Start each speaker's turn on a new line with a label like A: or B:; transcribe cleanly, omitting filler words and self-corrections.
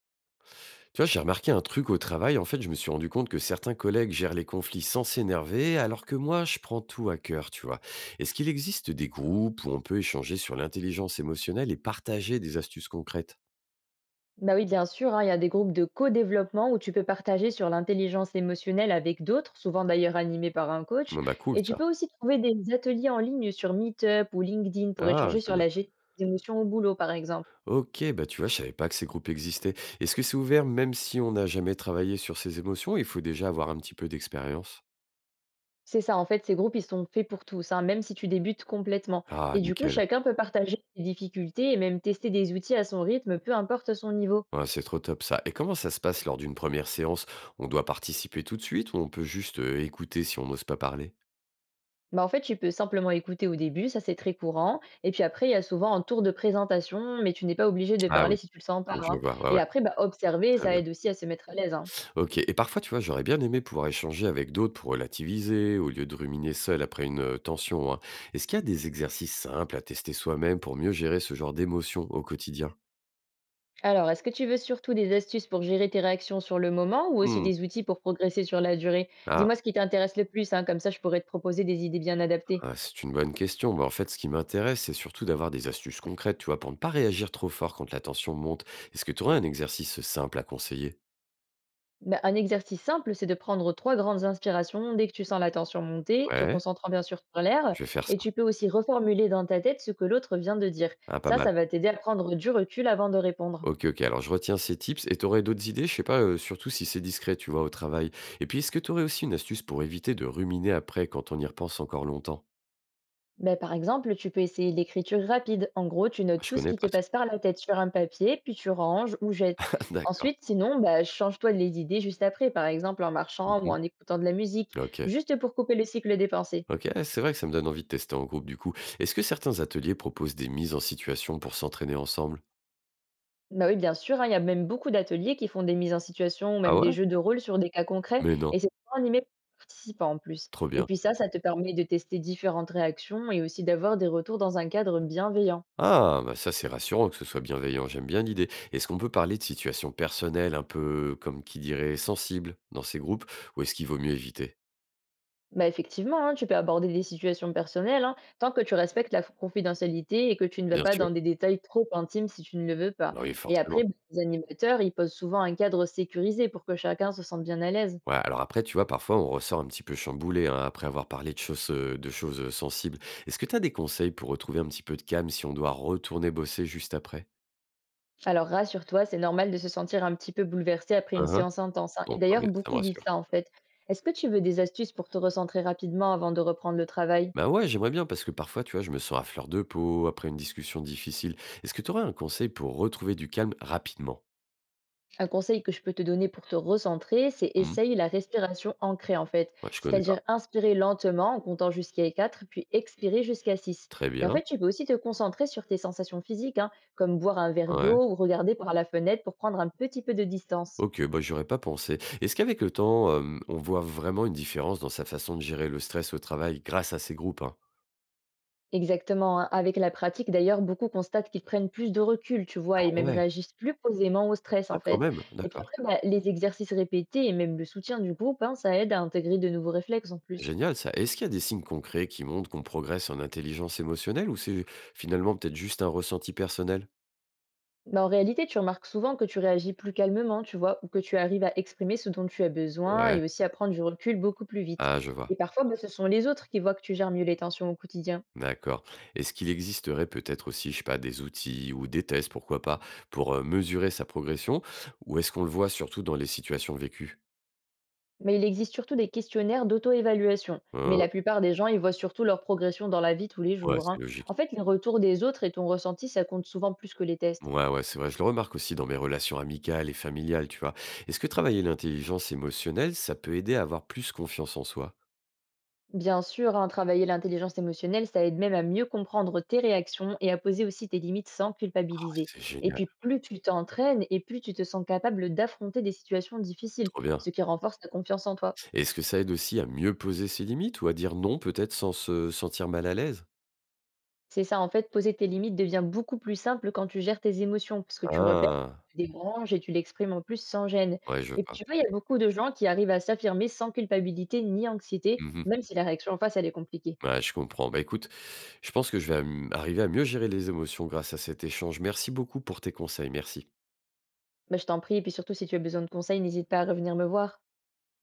A: Tu vois, j'ai remarqué un truc au travail. En fait, je me suis rendu compte que certains collègues gèrent les conflits sans s'énerver, alors que moi, je prends tout à cœur, tu vois. Est-ce qu'il existe des groupes où on peut échanger sur l'intelligence émotionnelle et partager des astuces concrètes?
B: Bah oui, bien sûr, hein, il y a des groupes de co-développement où tu peux partager sur l'intelligence émotionnelle avec d'autres, souvent d'ailleurs animés par un coach.
A: Bon, bah cool
B: Et tu
A: ça.
B: peux aussi trouver des ateliers en ligne sur Meetup ou LinkedIn pour
A: Ah,
B: échanger
A: je
B: sur la
A: note.
B: gestion des émotions au boulot, par exemple.
A: Ok, bah tu vois, je savais pas que ces groupes existaient. Est-ce que c'est ouvert même si on n'a jamais travaillé sur ses émotions? Il faut déjà avoir un petit peu d'expérience.
B: C'est ça, en fait, ces groupes, ils sont faits pour tous, hein, même si tu débutes complètement.
A: Ah,
B: Et du coup,
A: nickel.
B: chacun peut partager ses difficultés et même tester des outils à son rythme, peu importe son niveau.
A: Ouais, c'est trop top ça. Et comment ça se passe lors d'une première séance? On doit participer tout de suite ou on peut juste écouter si on n'ose pas parler?
B: Bah, en fait, tu peux simplement écouter au début, ça c'est très courant. Et puis après, il y a souvent un tour de présentation, mais tu n'es pas obligé de
A: Ah
B: parler
A: oui,
B: si tu le sens pas,
A: je
B: hein.
A: vois, ouais,
B: Et
A: ouais,
B: après, bah, observer,
A: très
B: ça
A: bien.
B: aide aussi à se mettre à l'aise, hein.
A: OK, et parfois, tu vois, j'aurais bien aimé pouvoir échanger avec d'autres pour relativiser, au lieu de ruminer seul après une, tension, hein. Est-ce qu'il y a des exercices simples à tester soi-même pour mieux gérer ce genre d'émotions au quotidien?
B: Alors, est-ce que tu veux surtout des astuces pour gérer tes réactions sur le moment ou aussi
A: Mmh.
B: des outils pour progresser sur la durée?
A: Ah,
B: Dis-moi ce qui t'intéresse le plus, hein, comme ça je pourrais te proposer des idées bien adaptées.
A: ah, c'est une bonne question. Bah, en fait, ce qui m'intéresse, c'est surtout d'avoir des astuces concrètes, tu vois, pour ne pas réagir trop fort quand la tension monte. Est-ce que tu aurais un exercice simple à conseiller?
B: Bah, un exercice simple, c'est de prendre trois grandes inspirations dès que tu sens la tension monter, te
A: Ouais,
B: concentrant bien sûr sur l'air,
A: je vais faire
B: et
A: ça.
B: tu peux aussi reformuler dans ta tête ce que l'autre vient de dire.
A: Ah, pas
B: Ça,
A: mal.
B: ça va t'aider à prendre du recul avant de répondre.
A: OK, OK. Alors je retiens ces tips et tu aurais d'autres idées? Je sais pas, surtout si c'est discret, tu vois, au travail? Et puis est-ce que tu aurais aussi une astuce pour éviter de ruminer après quand on y repense encore longtemps?
B: Bah, par exemple, tu peux essayer l'écriture rapide. En gros, tu
A: Ah,
B: notes
A: je
B: tout ce
A: connais
B: qui te
A: pas ça.
B: passe par la tête sur un papier, puis tu ranges ou jettes.
A: D'accord.
B: Ensuite, sinon, bah, change-toi les idées juste après, par exemple en marchant ou
A: Mmh.
B: en écoutant de la musique,
A: OK.
B: juste pour couper le cycle des pensées.
A: OK, ouais, c'est vrai que ça me donne envie de tester en groupe du coup. Est-ce que certains ateliers proposent des mises en situation pour s'entraîner ensemble?
B: Bah, oui, bien sûr, hein, il y a même beaucoup d'ateliers qui font des mises en situation ou
A: Ah
B: même des
A: ouais?
B: jeux de rôle sur des cas concrets
A: Mais non.
B: et c'est souvent animé par les participants en plus.
A: Trop
B: Et
A: bien.
B: puis ça te permet de tester différentes réactions et aussi d'avoir des retours dans un cadre bienveillant.
A: Ah, bah, ça, c'est rassurant que ce soit bienveillant, j'aime bien l'idée. Est-ce qu'on peut parler de situations personnelles un peu, comme qui dirait, sensibles dans ces groupes? Ou est-ce qu'il vaut mieux éviter?
B: Bah effectivement, hein, tu peux aborder des situations personnelles hein, tant que tu respectes la confidentialité et que tu ne vas
A: Bien
B: pas
A: sûr.
B: dans des détails trop intimes si tu ne le veux pas.
A: Bah oui,
B: Et après,
A: forcément.
B: bah, les animateurs, ils posent souvent un cadre sécurisé pour que chacun se sente bien à l'aise.
A: Ouais, alors après, tu vois, parfois, on ressort un petit peu chamboulé hein, après avoir parlé de choses, de choses sensibles. Est-ce que tu as des conseils pour retrouver un petit peu de calme si on doit retourner bosser juste après?
B: Alors rassure-toi, c'est normal de se sentir un petit peu bouleversé après une
A: Hein, hein.
B: séance intense, hein. Et
A: Bon, tant
B: d'ailleurs,
A: mieux, ça me
B: beaucoup vivent
A: rassure.
B: ça en fait. Est-ce que tu veux des astuces pour te recentrer rapidement avant de reprendre le travail?
A: Bah ouais, j'aimerais bien parce que parfois, tu vois, je me sens à fleur de peau après une discussion difficile. Est-ce que tu aurais un conseil pour retrouver du calme rapidement?
B: Un conseil que je peux te donner pour te recentrer, c'est
A: Hmm.
B: essaye la respiration ancrée en fait.
A: Ouais, je connais pas.
B: C'est-à-dire inspirer lentement en comptant jusqu'à 4, puis expirer jusqu'à 6.
A: Très
B: Et en
A: bien.
B: fait, tu peux aussi te concentrer sur tes sensations physiques, hein, comme boire un verre
A: Ouais.
B: d'eau ou regarder par la fenêtre pour prendre un petit peu de distance.
A: Ok, bah j'aurais pas pensé. Est-ce qu'avec le temps, on voit vraiment une différence dans sa façon de gérer le stress au travail grâce à ces groupes, hein?
B: Exactement, hein. Avec la pratique, d'ailleurs, beaucoup constatent qu'ils prennent plus de recul, tu vois,
A: Ah
B: et même
A: ouais.
B: réagissent plus posément au stress, en
A: Ah, quand
B: fait.
A: même,
B: Et puis
A: d'accord.
B: après, bah, les exercices répétés et même le soutien du groupe, hein, ça aide à intégrer de nouveaux réflexes en plus.
A: Génial ça. Est-ce qu'il y a des signes concrets qui montrent qu'on progresse en intelligence émotionnelle, ou c'est finalement peut-être juste un ressenti personnel?
B: Bah, en réalité, tu remarques souvent que tu réagis plus calmement, tu vois, ou que tu arrives à exprimer ce dont tu as besoin
A: Ouais.
B: et aussi à prendre du recul beaucoup plus vite.
A: Ah, je vois.
B: Et parfois, bah, ce sont les autres qui voient que tu gères mieux les tensions au quotidien.
A: D'accord. Est-ce qu'il existerait peut-être aussi, je sais pas, des outils ou des tests, pourquoi pas, pour mesurer sa progression? Ou est-ce qu'on le voit surtout dans les situations vécues?
B: Mais il existe surtout des questionnaires d'auto-évaluation. Mais
A: Hein.
B: la plupart des gens, ils voient surtout leur progression dans la vie tous les
A: Ouais,
B: jours,
A: c'est
B: hein. En
A: logique.
B: fait, les retours des autres et ton ressenti, ça compte souvent plus que les tests.
A: Ouais, ouais, c'est vrai. Je le remarque aussi dans mes relations amicales et familiales, tu vois. Est-ce que travailler l'intelligence émotionnelle, ça peut aider à avoir plus confiance en soi?
B: Bien sûr, hein, travailler l'intelligence émotionnelle, ça aide même à mieux comprendre tes réactions et à poser aussi tes limites sans
A: Ah,
B: culpabiliser.
A: c'est
B: Et
A: génial,
B: puis, plus tu t'entraînes et plus tu te sens capable d'affronter des situations difficiles,
A: trop bien.
B: ce qui renforce ta confiance en toi.
A: Est-ce que ça aide aussi à mieux poser ses limites ou à dire non peut-être sans se sentir mal à l'aise?
B: C'est ça, en fait, poser tes limites devient beaucoup plus simple quand tu gères tes émotions, parce que tu repères,
A: Ah!
B: tu débranches et tu l'exprimes en plus sans gêne.
A: Ouais, je
B: Et puis
A: vois.
B: tu vois, il y a beaucoup de gens qui arrivent à s'affirmer sans culpabilité ni anxiété,
A: Mmh.
B: même si la réaction en face, elle est compliquée.
A: Ouais, je comprends. Bah, écoute, je pense que je vais am arriver à mieux gérer les émotions grâce à cet échange. Merci beaucoup pour tes conseils. Merci.
B: Bah, je t'en prie, et puis surtout si tu as besoin de conseils, n'hésite pas à revenir me voir.